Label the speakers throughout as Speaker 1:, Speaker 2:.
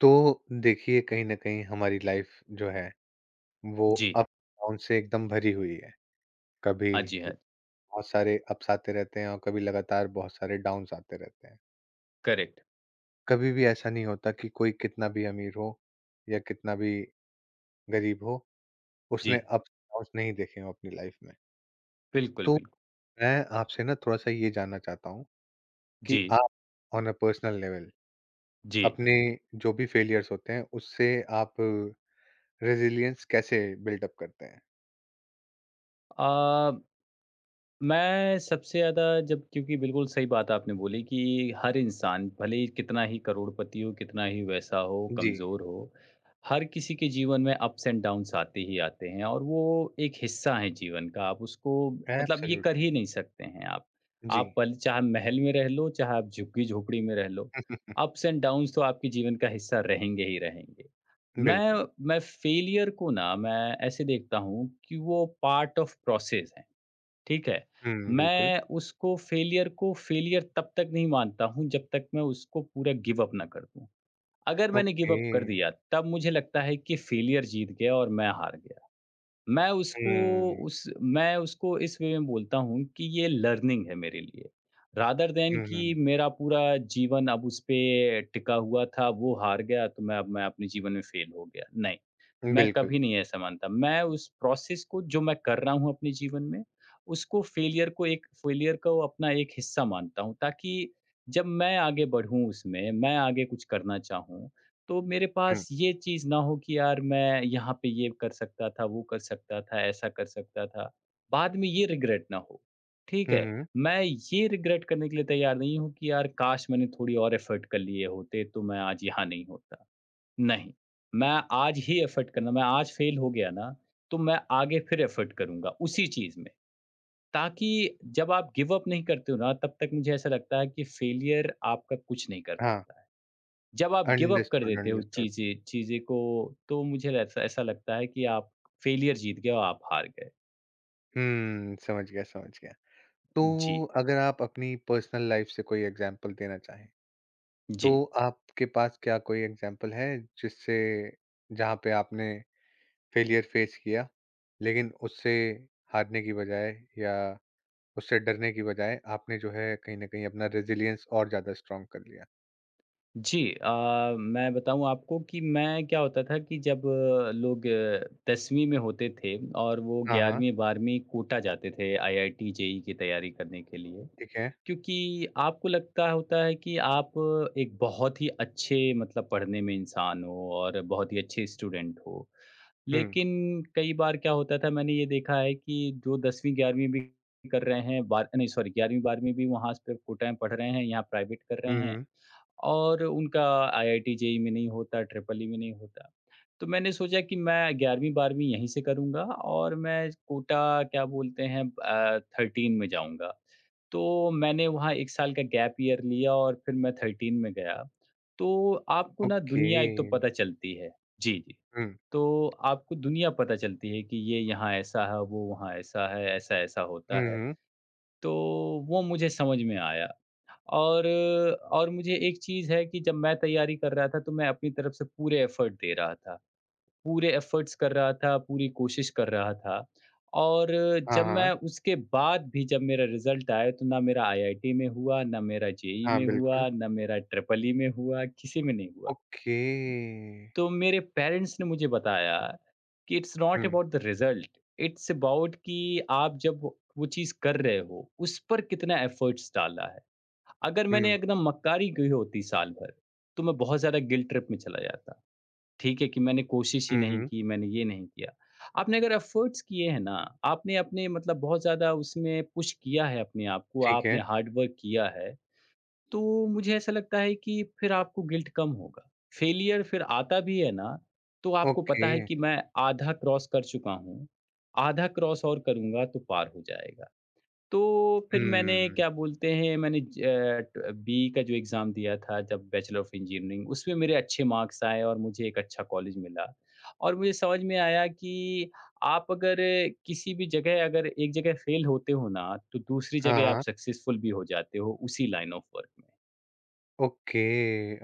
Speaker 1: तो देखिए कहीं न कहीं हमारी लाइफ जो है वो
Speaker 2: जी।
Speaker 1: अप डाउन से एकदम भरी हुई है। कभी
Speaker 2: हाँ जी, हाँ।
Speaker 1: बहुत सारे अप्स आते रहते हैं और कभी लगातार बहुत सारे डाउन्स आते रहते हैं।
Speaker 2: करेक्ट।
Speaker 1: कभी भी ऐसा नहीं होता कि कोई कितना भी अमीर हो या कितना भी गरीब हो,
Speaker 2: जी।
Speaker 1: उसने अप्स डाउन्स नहीं देखे हों अपनी लाइफ में।
Speaker 2: बिल्कुल,
Speaker 1: तो
Speaker 2: बिल्कुल।
Speaker 1: मैं आपसे ना थोड़ा-सा ये जानना चाहता हूँ कि
Speaker 2: जी,
Speaker 1: आप ऑन अ पर्सनल लेवल
Speaker 2: जी।
Speaker 1: अपने जो भी फेलियर्स होते हैं उससे आप रेज़िलियंस कैसे बिल्ड अप करते हैं?
Speaker 2: अ, मैं सबसे ज़्यादा जब क्योंकि बिल्कुल सही बात आपने बोली कि हर इंसान भले ही कितना ही करोड़पति हो, कितना ही वैसा हो,
Speaker 1: जी।
Speaker 2: कमज़ोर हो, हर किसी के जीवन में अप्स एंड डाउन्स आते ही आते हैं, और वो एक हिस्सा है जीवन का। आप उसको मतलब ये कर
Speaker 1: एब्सोल्युटली,
Speaker 2: ही नहीं सकते हैं आप।
Speaker 1: जी।
Speaker 2: आप पल चाहे महल में रह लो, चाहे आप झुग्गी-झोपड़ी में रह लो, अप्स एंड डाउन्स तो आपके जीवन का हिस्सा रहेंगे ही रहेंगे।
Speaker 1: बिल्कुल।
Speaker 2: मैं फेलियर को ना मैं ऐसे देखता हूँ कि वो पार्ट ऑफ प्रोसेस है। ठीक है?
Speaker 1: हुँ, बिल्कुल।
Speaker 2: मैं उसको फेलियर को फेलियर तब तक नहीं मानता हूँ जब तक मैं उसको पूरा गिव अप ना कर दूँ। अगर मैंने गिव
Speaker 1: ओके।
Speaker 2: अप कर दिया तब मुझे लगता है कि फेलियर जीत गया और मैं हार गया। मैं उसको
Speaker 1: हुँ।
Speaker 2: उस मैं उसको इस वे में बोलता हूँ कि ये लर्निंग है मेरे लिए, रादर देन
Speaker 1: हुँ, हुँ, हुँ।
Speaker 2: कि मेरा पूरा जीवन अब उस पे टिका हुआ था, वो हार गया, तो मैं अब मैं अपने जीवन में फेल हो गया, नहीं, मैं
Speaker 1: बिल्कुल।
Speaker 2: कभी नहीं ऐसा मानता। मैं उस प्रोसेस को जो मैं कर रहा हूँ अपने जीवन में, उसको फेलियर को, एक फेलियर को अपना एक हिस्सा मानता हूँ, ताकि जब मैं आगे बढ़ूँ, उसमें मैं आगे कुछ करना चाहूँ, तो मेरे
Speaker 1: हुँ।
Speaker 2: पास ये चीज़ ना हो कि यार मैं यहाँ पे ये कर सकता था, वो कर सकता था, ऐसा कर सकता था। बाद में ये रिग्रेट ना हो, ठीक
Speaker 1: हुँ,
Speaker 2: है?
Speaker 1: हुँ।
Speaker 2: मैं ये रिग्रेट करने के लिए तैयार नहीं हूँ कि यार काश मैंने थोड़ी और एफ़र्ट कर लिए होते तो मैं आज यहाँ नहीं होता। नहीं, मैं आज ही एफ़र्ट करना, मैं आज फ़ेल हो गया ना, तो मैं आगे फिर एफ़र्ट करूँगा उसी चीज़ में। ताकि जब आप गिव अप नहीं करते हो ना, तब तक मुझे ऐसा लगता है कि फ़ेलियर आपका कुछ नहीं कर
Speaker 1: हाँ,
Speaker 2: पाता है। जब आप गिव अप कर
Speaker 1: अंडरस्टूड,
Speaker 2: देते हो
Speaker 1: अंडरस्टूड।
Speaker 2: चीज़ें चीज़ें को, तो मुझे ऐसा ऐसा लगता है कि आप फेलियर जीत गए और आप हार गए।
Speaker 1: हुँ, समझ गया, समझ गया। तो
Speaker 2: जी,
Speaker 1: अगर आप अपनी पर्सनल लाइफ़ से कोई एग्ज़ाम्पल देना चाहें,
Speaker 2: जी।
Speaker 1: तो आपके पास क्या कोई एग्ज़ाम्पल है जिससे जहाँ पे आपने फेलियर फेस किया, लेकिन उससे हारने की बजाय या उससे डरने की बजाय आपने जो है कहीं न कहीं अपना रेज़िलियंस और ज़्यादा स्ट्रॉन्ग कर लिया?
Speaker 2: जी, मैं बताऊँ आपको कि मैं क्या होता था कि जब लोग 10वीं में होते थे और वो
Speaker 1: हाँ, हाँ,
Speaker 2: 11वीं-12वीं कोटा जाते थे आईआईटी, जेईई की तैयारी करने के लिए।
Speaker 1: ठीक है।
Speaker 2: क्योंकि आपको लगता होता है कि आप एक बहुत ही अच्छे मतलब पढ़ने में इंसान हो और बहुत ही अच्छे स्टूडेंट हो।
Speaker 1: हुँ,
Speaker 2: लेकिन कई बार क्या होता था, मैंने ये देखा है कि जो 10वीं-11वीं भी कर रहे हैं, बार नहीं सॉरी, 11वीं-12वीं भी वहाँ पे कोटा में पढ़ रहे हैं, यहाँ प्राइवेट कर रहे
Speaker 1: हुँ,
Speaker 2: हैं,
Speaker 1: हुँ,
Speaker 2: और उनका आईआईटी, जेईई में नहीं होता, ट्रिपल ई में नहीं होता। तो मैंने सोचा कि मैं 11वीं-12वीं यहीं से करूँगा और मैं कोटा क्या बोलते हैं 13 में जाऊँगा। तो मैंने वहाँ 1 साल का गैप ईयर लिया और फिर मैं 13 में गया। तो आपको ना
Speaker 1: ओके।
Speaker 2: दुनिया एक तो पता चलती है। जी, जी।
Speaker 1: हुँ,
Speaker 2: तो आपको दुनिया पता चलती है कि ये यहाँ ऐसा है, वो वहाँ ऐसा है, ऐसा-ऐसा
Speaker 1: हुँ,
Speaker 2: होता है।
Speaker 1: हुँ,
Speaker 2: तो वो मुझे समझ में आया, और और मुझे एक चीज़ है कि जब मैं तैयारी कर रहा था तो मैं अपनी तरफ से पूरे एफ़र्ट दे रहा था। पूरे एफ़र्ट्स कर रहा था, पूरी कोशिश कर रहा था, और
Speaker 1: हाँ,
Speaker 2: जब मैं
Speaker 1: हाँ,
Speaker 2: उसके बाद भी, जब मेरा रिज़ल्ट आया, तो ना मेरा आईआईटी में हुआ, ना मेरा जेईई
Speaker 1: हाँ,
Speaker 2: में
Speaker 1: बिल्कुल,
Speaker 2: हुआ, ना मेरा ट्रिपल ई में हुआ, किसी में नहीं हुआ।
Speaker 1: ओके।
Speaker 2: तो मेरे पेरेंट्स ने मुझे बताया कि it's not
Speaker 1: hmm,
Speaker 2: about the result, it's about कि आप जब वो चीज़ कर रहे हो, उस पर कितना एफर्ट्स डाला है। अगर मैंने
Speaker 1: हुँ,
Speaker 2: एकदम मक्कारी की होती साल भर, तो मैं बहुत ज़्यादा गिल्ट ट्रिप में चला जाता, ठीक है, कि मैंने कोशिश ही
Speaker 1: हुँ,
Speaker 2: नहीं
Speaker 1: हुँ,
Speaker 2: की, मैंने ये नहीं किया। आपने अगर एफर्ट्स किए हैं ना, आपने अपने मतलब बहुत ज़्यादा उसमें पुश किया है अपने आप को,
Speaker 1: ठीक है,
Speaker 2: आपने हार्ड वर्क किया है, तो मुझे ऐसा लगता है कि फिर आपको गिल्ट कम होगा। फेलियर फिर आता भी है ना, तो आपको
Speaker 1: ओके,
Speaker 2: पता है कि मैं आधा क्रॉस कर चुका हूँ, आधा क्रॉस और करूँगा तो पार हो जाएगा। तो फिर मैंने
Speaker 1: हुँ,
Speaker 2: क्या बोलते हैं, मैंने ट बी का जो एग्ज़ाम दिया था, जब बैचलर ऑफ इंजीनियरिंग, उसमें मेरे अच्छे मार्क्स आए और मुझे एक अच्छा कॉलेज मिला। और मुझे समझ में आया कि आप अगर किसी भी जगह, अगर एक जगह फेल होते हो ना, तो दूसरी
Speaker 1: हाँ,
Speaker 2: जगह आप
Speaker 1: हाँ,
Speaker 2: सक्सेसफुल भी हो जाते हो उसी लाइन ऑफ वर्क में।
Speaker 1: ओके,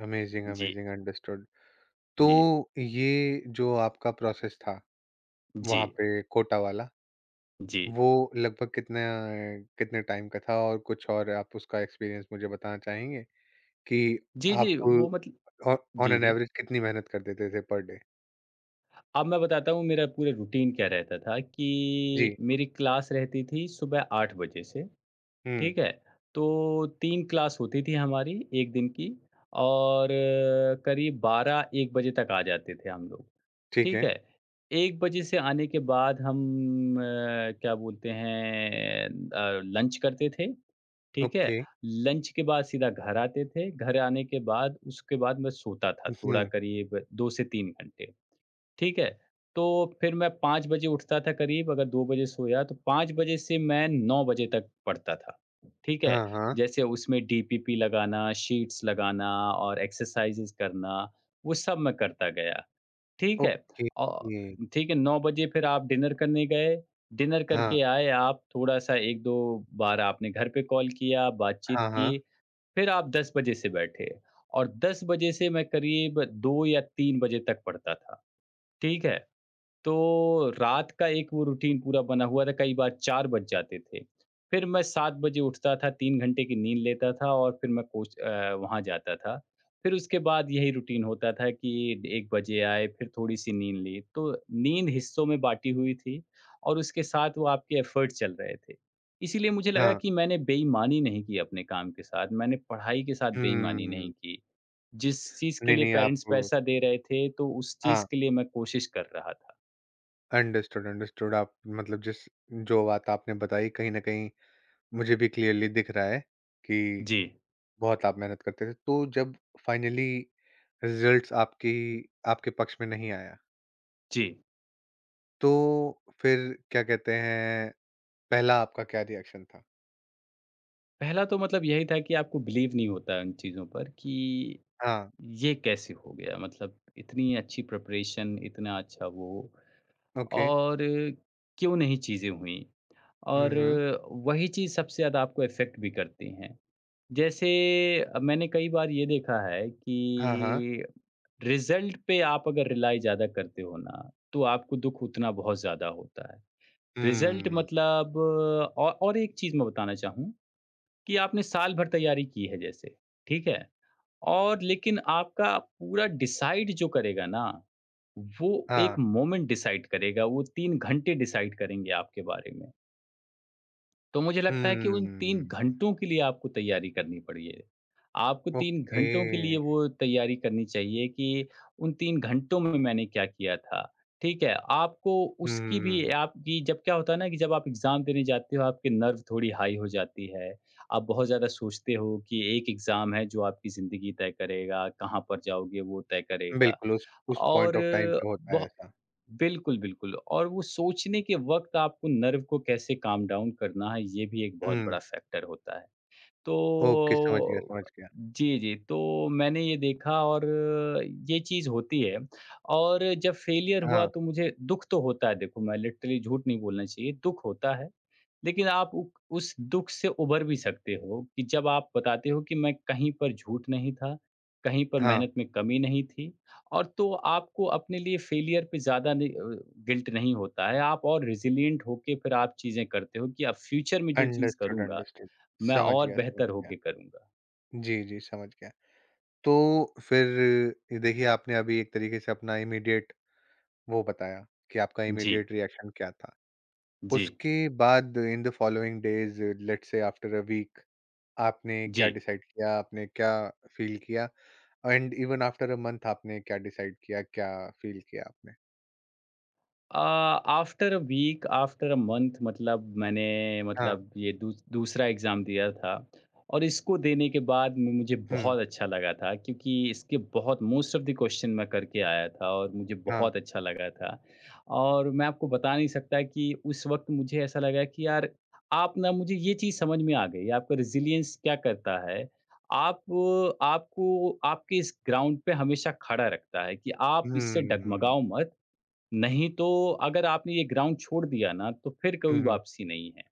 Speaker 1: अमेज़िंग,
Speaker 2: जी,
Speaker 1: अमेज़िंग, अंडरस्टूड। तो
Speaker 2: जी,
Speaker 1: ये जो आपका प्रोसेस था,
Speaker 2: जी,
Speaker 1: वहाँ पे कोटा वाला,
Speaker 2: जी।
Speaker 1: वो लगभग कितना कितने टाइम का था और कुछ और आप उसका एक्सपीरियंस मुझे बताना चाहेंगे कि
Speaker 2: जी,
Speaker 1: आप
Speaker 2: जी, वो मतल
Speaker 1: ऑ ऑन
Speaker 2: जी,
Speaker 1: एन
Speaker 2: जी।
Speaker 1: एवरेज कितनी मेहनत कर देते थे पर डे?
Speaker 2: अब मैं बताता हूँ मेरा पूरा रूटीन क्या रहता था
Speaker 1: जी,
Speaker 2: कि मेरी क्लास रहती थी सुबह 8 बजे से,
Speaker 1: हुँ,
Speaker 2: ठीक है? तो 3 क्लास होती थी हमारी 1 दिन की, और करीब 12-1 बजे तक आ जाते थे हम लोग,
Speaker 1: ठीक
Speaker 2: ठीक
Speaker 1: है,
Speaker 2: है? 1 बजे से आने के बाद हम अ, क्या बोलते हैं लंच करते थे, ठीक है?
Speaker 1: ओके,
Speaker 2: लंच के बाद सीधा घर आते थे, घर आने के बाद उसके बाद मैं सोता था थोड़ा
Speaker 1: हुँ,
Speaker 2: करीब 2 से 3 घंटे, ठीक है? तो फिर मैं 5 बजे उठता था करीब, अगर 2 बजे सोया तो 5 बजे से मैं 9 बजे तक पढ़ता था, ठीक है?
Speaker 1: हाँ, हाँ,
Speaker 2: जैसे उसमें डीपीपी लगाना, शीट्स लगाना और एक्सरसाइज़ेस करना, वो सब मैं करता गया। ठीक है।
Speaker 1: ओके,
Speaker 2: औ ठीक है, 9 बजे फिर आप डिनर करने गए, डिनर
Speaker 1: हाँ,
Speaker 2: करके आए आप, थोड़ा-सा 1-2 बार आपने घर पे कॉल किया, बातचीत
Speaker 1: हाँ, हाँ,
Speaker 2: की, फिर आप 10 बजे से बैठे और 10 बजे से मैं करीब 2 या 3 बजे तक पढ़ता था, ठीक है? तो रात का एक वो रूटीन पूरा बना हुआ था, कई बार 4 बज जाते थे। फिर मैं 7 बजे उठता था, 3 घंटे की नींद लेता था, और फिर मैं वहाँ जाता था। फिर उसके बाद यही रूटीन होता था कि 1 बजे आए, फिर थोड़ी-सी नींद ली। तो नींद हिस्सों में बाँटी हुई थी और उसके साथ वो आपके एफ़र्ट्स चल रहे थे। इसीलिए मुझे लगा
Speaker 1: हाँ,
Speaker 2: कि मैंने बेईमानी नहीं की अपने काम के साथ, मैंने पढ़ाई के साथ बेईमानी नहीं
Speaker 1: हम्म,
Speaker 2: की। जिस चीज़ के
Speaker 1: नहीं,
Speaker 2: लिए
Speaker 1: नहीं
Speaker 2: पेरेंट्स
Speaker 1: आप
Speaker 2: पैसा दे रहे थे, तो उस चीज़
Speaker 1: हाँ,
Speaker 2: के लिए मैं कोशिश कर रहा था।
Speaker 1: अंडरस्टूड, अंडरस्टूड आप मतलब जिस जो बात आपने बताई कहीं न कहीं मुझे भी क्लियरली दिख रहा है कि
Speaker 2: जी,
Speaker 1: बहुत आप मेहनत करते थे। तो जब फाइनली रिज़ल्ट्स आपकी आपके पक्ष में नहीं आया,
Speaker 2: जी।
Speaker 1: तो फिर क्या कहते हैं, पहला आपका क्या रिएक्शन था?
Speaker 2: पहला तो मतलब यही था कि आपको बिलीव नहीं होता इन चीज़ों पर कि
Speaker 1: हाँ,
Speaker 2: ये कैसे हो गया? मतलब इतनी अच्छी प्रिपरेशन, इतना अच्छा वो,
Speaker 1: ओके,
Speaker 2: और क्यों नहीं चीज़ें हुईं?
Speaker 1: हुँ,
Speaker 2: और
Speaker 1: हुँ,
Speaker 2: वही चीज़ सबसे ज़्यादा आपको इफ़ेक्ट भी करती हैं। जैसे मैंने कई बार ये देखा है
Speaker 1: हाँ, हाँ,
Speaker 2: कि रिज़ल्ट पे आप अगर रिलाई ज़्यादा करते हो ना, तो आपको दुःख उतना बहुत ज़्यादा होता है। रिज़ल्ट
Speaker 1: हुँ।
Speaker 2: मतलब, औ और एक चीज़ मैं बताना चाहूँ कि आपने साल भर तैयारी की है जैसे, ठीक है? और लेकिन आपका पूरा डिसाइड जो करेगा ना, वो
Speaker 1: हाँ।
Speaker 2: एक मोमेंट डिसाइड करेगा, वो 3 घंटे डिसाइड करेंगे आपके बारे में। तो मुझे लगता है कि उन 3
Speaker 1: हम्म,
Speaker 2: घंटों के लिए आपको तैयारी करनी पड़ी है। आपको 3
Speaker 1: ओके।
Speaker 2: घंटों के लिए वो तैयारी करनी चाहिए कि उन 3 घंटों में मैंने क्या किया था, ठीक है? आपको उसकी भी
Speaker 1: हम्म,
Speaker 2: आपकी जब क्या होता है ना, कि जब आप एग्ज़ाम देने जाते हो, आपके नर्व थोड़ी हाई हो जाती है। आप बहुत ज़्यादा सोचते हो कि एक एग्ज़ाम है जो आपकी ज़िंदगी तय करेगा, कहाँ पर जाओगे वो तय करेगा,
Speaker 1: बिल्कुल उस पॉइंट
Speaker 2: और
Speaker 1: ऑफ टाइम पे होता है
Speaker 2: बहो
Speaker 1: ऐसा।
Speaker 2: बिल्कुल, बिल्कुल, और वो सोचने के वक़्त आपको नर्व को कैसे काम डाउन करना है, ये भी एक बहुत
Speaker 1: हुँ,
Speaker 2: बड़ा फैक्टर होता है।
Speaker 1: ओके समझ गया,
Speaker 2: तो
Speaker 1: समझ गया।
Speaker 2: जी, जी, तो मैंने ये देखा और ये चीज़ होती है, और जब फेलियर हुआ
Speaker 1: हाँ,
Speaker 2: तो मुझे दुःख तो होता है, देखो मैं लिटरली झूठ नहीं बोलना चाहिए, दुःख होता है। लेकिन आप उ उस दुःख से उभर भी सकते हो कि जब आप बताते हो कि मैं कहीं पर झूठ नहीं था, कहीं पर
Speaker 1: हाँ,
Speaker 2: मेहनत में कमी नहीं थी, और तो आपको अपने लिए फेलियर पे ज़्यादा नहीं गिल्ट नहीं होता है। आप और रेज़िलिएंट होके फिर आप चीज़ें करते हो कि अब फ्यूचर में जो चीज़
Speaker 1: अंडरस्टूड,
Speaker 2: करूँगा,
Speaker 1: अंडरस्टूड।
Speaker 2: मैं
Speaker 1: समझ
Speaker 2: और
Speaker 1: गया, समझ
Speaker 2: बेहतर
Speaker 1: गया।
Speaker 2: होके करूँगा।
Speaker 1: जी, जी, समझ गया। तो फिर ये देखिए आपने अभी एक तरीके से अपना इमीडिएट वो बताया कि आपका
Speaker 2: जी,
Speaker 1: इमीडिएट रिएक्शन क्या था।
Speaker 2: जी,
Speaker 1: उसके बाद in the following days let's say after a week आपने क्या
Speaker 2: जी।
Speaker 1: डिसाइड किया, आपने क्या फ़ील किया? And even after a month आपने क्या डिसाइड किया? क्या फ़ील किया आपने?
Speaker 2: After a week, after a month, मतलब मैंने
Speaker 1: हाँ।
Speaker 2: मतलब ये दूसरा एग्ज़ाम दिया था, और इसको देने के बाद मुझे
Speaker 1: हुँ,
Speaker 2: बहुत अच्छा लगा था, क्योंकि इसके बहुत मोस्ट ऑफ द क्वेश्चन मैं करके आया था और मुझे
Speaker 1: हाँ।
Speaker 2: बहुत अच्छा लगा था। और मैं आपको बता नहीं सकता कि उस वक्त मुझे ऐसा लगा कि यार, आप ना, मुझे ये चीज़ समझ में आ गई आपका रिजिलियंस क्या करता है। आप आपको आपके इस ग्राउंड पे हमेशा खड़ा रखता है कि आप इससे
Speaker 1: हुँ,
Speaker 2: डगमगाओ मत, नहीं तो अगर आपने ये ग्राउंड छोड़ दिया ना, तो फिर
Speaker 1: हुँ,
Speaker 2: कोई
Speaker 1: हुँ।
Speaker 2: वापसी नहीं है।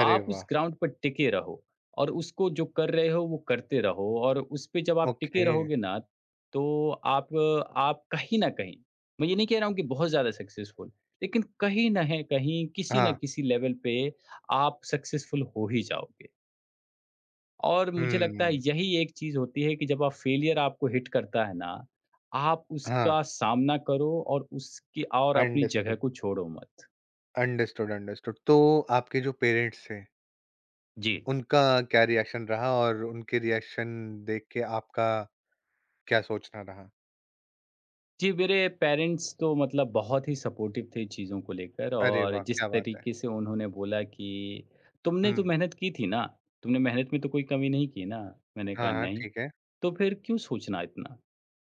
Speaker 1: अरे
Speaker 2: आप उस
Speaker 1: वाह!
Speaker 2: ग्राउंड पर टिके रहो और उसको जो कर रहे हो वो करते रहो, और उस पे जब आप टिके
Speaker 1: ओके।
Speaker 2: रहोगे ना, तो आप आप कहीं न कहीं, मैं ये नहीं कह रहा हूँ कि बहुत ज़्यादा सक्सेसफुल, लेकिन कहीं न है कहीं, किसी न
Speaker 1: हाँ।
Speaker 2: किसी लेवल पे आप सक्सेसफुल हो ही जाओगे। और मुझे लगता है
Speaker 1: हुँ,
Speaker 2: यही एक चीज़ होती है कि जब आप फेलियर आपको हिट करता है ना, आप
Speaker 1: हाँ।
Speaker 2: उसका सामना करो और उसकी और अपनी जगह
Speaker 1: अंडरस्टूड,
Speaker 2: को छोड़ो मत।
Speaker 1: Understood, understood. तो आपके जो पेरेंट्स थे,
Speaker 2: जी।
Speaker 1: उनका क्या रिएक्शन रहा और उनके रिएक्शन देख के आपका क्या सोचना रहा?
Speaker 2: जी, मेरे पेरेंट्स तो मतलब बहुत ही सपोर्टिव थे चीज़ों को लेकर,
Speaker 1: अरे
Speaker 2: और
Speaker 1: वाह!
Speaker 2: जिस
Speaker 1: क्या बात है।
Speaker 2: तरीके से उन्होंने बोला कि, "तुमने
Speaker 1: हुँ।
Speaker 2: तो मेहनत की थी ना, तुमने मेहनत में तो कोई कमी नहीं की ना?" मैंने कहा,
Speaker 1: हाँ, हाँ,
Speaker 2: "नहीं।"
Speaker 1: ठीक है।
Speaker 2: "तो फिर क्यों सोचना इतना?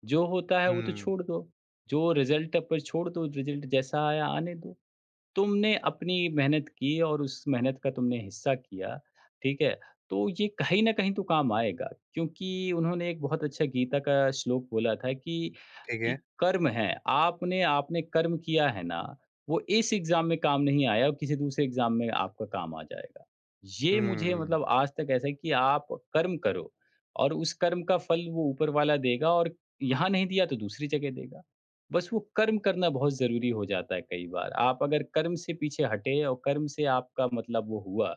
Speaker 2: जो होता है वो तो
Speaker 1: हुँ,
Speaker 2: छोड़ दो, जो रिज़ल्ट पर छोड़ दो, रिज़ल्ट जैसा आया आने दो।" तुमने अपनी मेहनत की और उस मेहनत का तुमने हिस्सा किया, ठीक है? तो ये कहीं न कहीं तो काम आएगा, क्योंकि उन्होंने एक बहुत अच्छा गीता का श्लोक बोला था कि
Speaker 1: ठीक
Speaker 2: कि
Speaker 1: है।
Speaker 2: कर्म है, आपने आपने कर्म किया है ना, वो इस एग्ज़ाम में काम नहीं आया और किसी दूसरे एग्ज़ाम में आपका काम आ जाएगा। ये मुझे
Speaker 1: हुँ।
Speaker 2: मतलब आज तक ऐसा है कि आप कर्म करो, और उस कर्म का फल वो ऊपर वाला देगा, और यहाँ नहीं दिया तो दूसरी जगह देगा। बस वो कर्म करना बहुत ज़रूरी हो जाता है कई बार। आप अगर कर्म से पीछे हटे, और कर्म से आपका मतलब वो हुआ,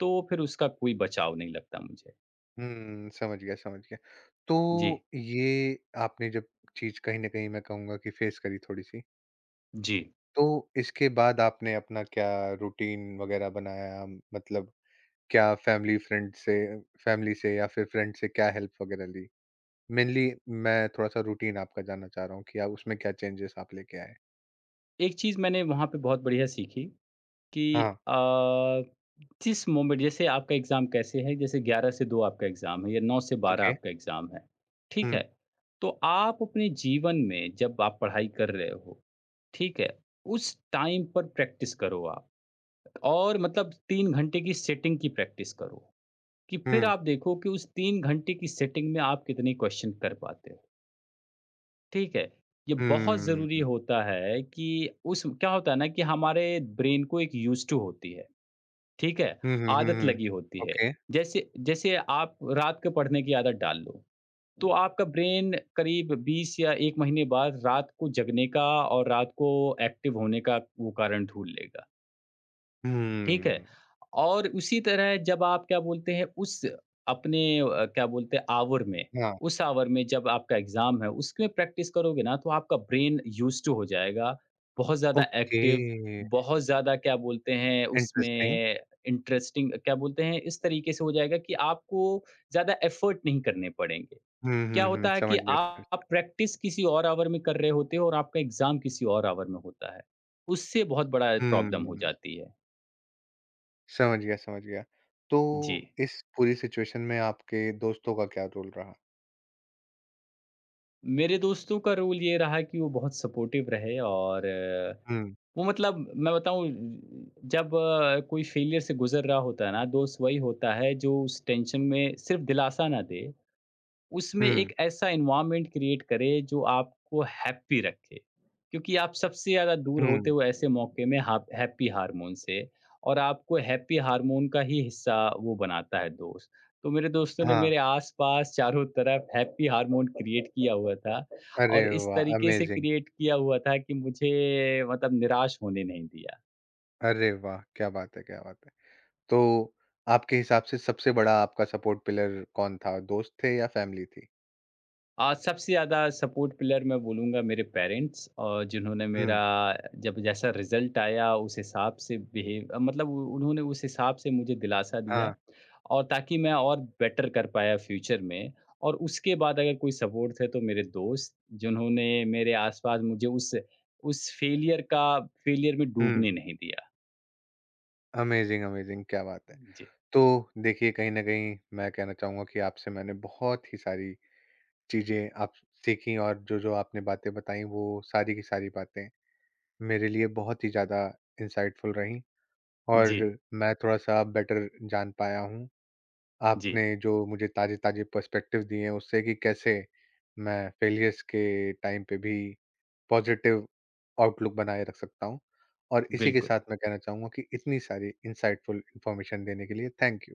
Speaker 2: तो फिर उसका कोई बचाव नहीं लगता मुझे।
Speaker 1: हुँ, समझ गया, समझ गया।
Speaker 2: जी,
Speaker 1: तो ये आपने जब चीज़ कहीं न कहीं मैं कहूँगा कि फेस करी थोड़ी-सी,
Speaker 2: जी।
Speaker 1: तो इसके बाद आपने अपना क्या रूटीन वग़ैरह बनाया? मतलब क्या फैमिली फ्रेंड से फैमिली से या फिर फ्रेंड से क्या हेल्प वग़ैरह ली? मेनली मैं थोड़ा-सा रूटीन आपका जानना चाह रहा हूँ कि आप उसमें क्या चेंजेज़ आप लेके आए?
Speaker 2: एक चीज़ मैंने वहाँ पे बहुत बढ़िया सीखी कि
Speaker 1: हाँ,
Speaker 2: अ, जिस मोमेंट, जैसे आपका एग्ज़ाम कैसे है, जैसे 11 से 2 आपका एग्ज़ाम है या 9 से 12
Speaker 1: ओके।
Speaker 2: आपका एग्ज़ाम है, ठीक
Speaker 1: हुँ,
Speaker 2: है? तो आप अपने जीवन में जब आप पढ़ाई कर रहे हो, ठीक है? उस टाइम पर प्रैक्टिस करो आप। और मतलब 3 घंटे की सेटिंग की प्रैक्टिस करो, कि फिर
Speaker 1: हुँ,
Speaker 2: आप देखो कि उस 3 घंटे की सेटिंग में आप कितने क्वेश्चन कर पाते हो, ठीक है? ये बहुत
Speaker 1: हुँ,
Speaker 2: ज़रूरी होता है कि उस क्या होता है ना, कि हमारे ब्रेन को एक यूज़्ड टू होती है, ठीक है?
Speaker 1: हुँ, हुँ, हुँ,
Speaker 2: आदत
Speaker 1: हुँ।
Speaker 2: लगी होती है।
Speaker 1: ओके।
Speaker 2: जैसे जैसे आप रात को पढ़ने की आदत डाल लो, तो आपका ब्रेन करीब 20 या 1 महीने बाद रात को जगने का और रात को एक्टिव होने का वो कारण ढूँढ लेगा। ठीक है?
Speaker 1: हुँ,
Speaker 2: और उसी तरह जब आप क्या बोलते हैं उस अपने क्या बोलते हैं आवर में,
Speaker 1: हाँ,
Speaker 2: उस आवर में जब आपका एग्ज़ाम है उसमें प्रैक्टिस करोगे ना, तो आपका ब्रेन यूज़्ड टू हो जाएगा, बहुत ज़्यादा
Speaker 1: ओके,
Speaker 2: एक्टिव, बहुत ज़्यादा क्या बोलते हैं
Speaker 1: इंटरेस्टिंग।
Speaker 2: उसमें इंटरेस्टिंग, क्या बोलते हैं इस तरीके से हो जाएगा कि आपको ज़्यादा एफ़र्ट नहीं करने पड़ेंगे।
Speaker 1: हुँ,
Speaker 2: क्या
Speaker 1: हुँ, हुँ।
Speaker 2: होता है कि
Speaker 1: समझ गया, समझ
Speaker 2: आप
Speaker 1: गया।
Speaker 2: प्रैक्टिस किसी और आवर में कर रहे होते हो और आपका एग्ज़ाम किसी और आवर में होता है। उससे बहुत बड़ा प्रॉब्लम हो
Speaker 1: हुँ,
Speaker 2: जाती है।
Speaker 1: समझ गया, समझ गया। तो
Speaker 2: जी।
Speaker 1: इस पूरी सिचुएशन में आपके दोस्तों का क्या रोल रहा?
Speaker 2: मेरे दोस्तों का रोल ये रहा कि वो बहुत सपोर्टिव रहे, और
Speaker 1: हुँ,
Speaker 2: वो मतलब मैं बताऊं, जब कोई फेलियर से गुजर रहा होता है ना, दोस्त वही होता है जो उस टेंशन में सिर्फ दिलासा ना दे, उसमें
Speaker 1: हुँ,
Speaker 2: एक ऐसा एनवायरनमेंट क्रिएट करें जो आपको हैप्पी रखे। क्योंकि आप सबसे ज़्यादा दूर होते
Speaker 1: हुँ।
Speaker 2: हो ऐसे मौके में हाप हैप्पी हार्मोन से, और आपको हैप्पी हार्मोन का ही हिस्सा वो बनाता है दोस्त। तो मेरे दोस्तों ने
Speaker 1: हाँ।
Speaker 2: मेरे आस-पास चारों तरफ हैप्पी हार्मोन क्रिएट किया हुआ था,
Speaker 1: अरे
Speaker 2: और इस
Speaker 1: वाह!
Speaker 2: तरीके से
Speaker 1: अमेज़िंग।
Speaker 2: क्रिएट किया हुआ था कि मुझे मतलब निराश होने नहीं दिया।
Speaker 1: अरे वाह! क्या बात है, क्या बात है। तो आपके हिसाब से सबसे बड़ा आपका सपोर्ट पिलर कौन था? दोस्त थे या फैमिली थी?
Speaker 2: सबसे ज़्यादा सपोर्ट पिलर मैं बोलूँगा मेरे पेरेंट्स, और जिन्होंने
Speaker 1: हुँ,
Speaker 2: मेरा जब जैसा रिज़ल्ट आया उस हिसाब से बिहेव मतलब उ उन्होंने उस हिसाब से मुझे दिलासा दिया,
Speaker 1: हाँ,
Speaker 2: और ताकि मैं और बेटर कर पाया फ्यूचर में। और उसके बाद अगर कोई सपोर्ट थे तो मेरे दोस्त, जिन्होंने मेरे आस-पास मुझे उस फेलियर में
Speaker 1: हुँ।
Speaker 2: डूबने नहीं दिया।
Speaker 1: Amazing, amazing. क्या बात है।
Speaker 2: जी।
Speaker 1: तो देखिए, कहीं न कहीं मैं कहना चाहूँगा कि आपसे मैंने बहुत ही सारी चीज़ें आप सीखी और जो-जो आपने बातें बताई वो सारी की सारी बातें मेरे लिए बहुत ही ज़्यादा इंसाइटफुल रहीं और
Speaker 2: जी,
Speaker 1: मैं थोड़ा-सा बेटर जान पाया हूँ, आपने
Speaker 2: जी,
Speaker 1: जो मुझे ताज़े-ताज़े पर्सपेक्टिव्स दिए हैं उससे कि कैसे मैं फेलियर्स के टाइम पे भी पॉजिटिव आउटलुक बनाए रख सकता हूँ। और इसी के
Speaker 2: बिल्कुल।
Speaker 1: साथ मैं कहना चाहूँगा कि इतनी सारी इंसाइटफुल इन्फॉर्मेशन देने के लिए थैंक यू।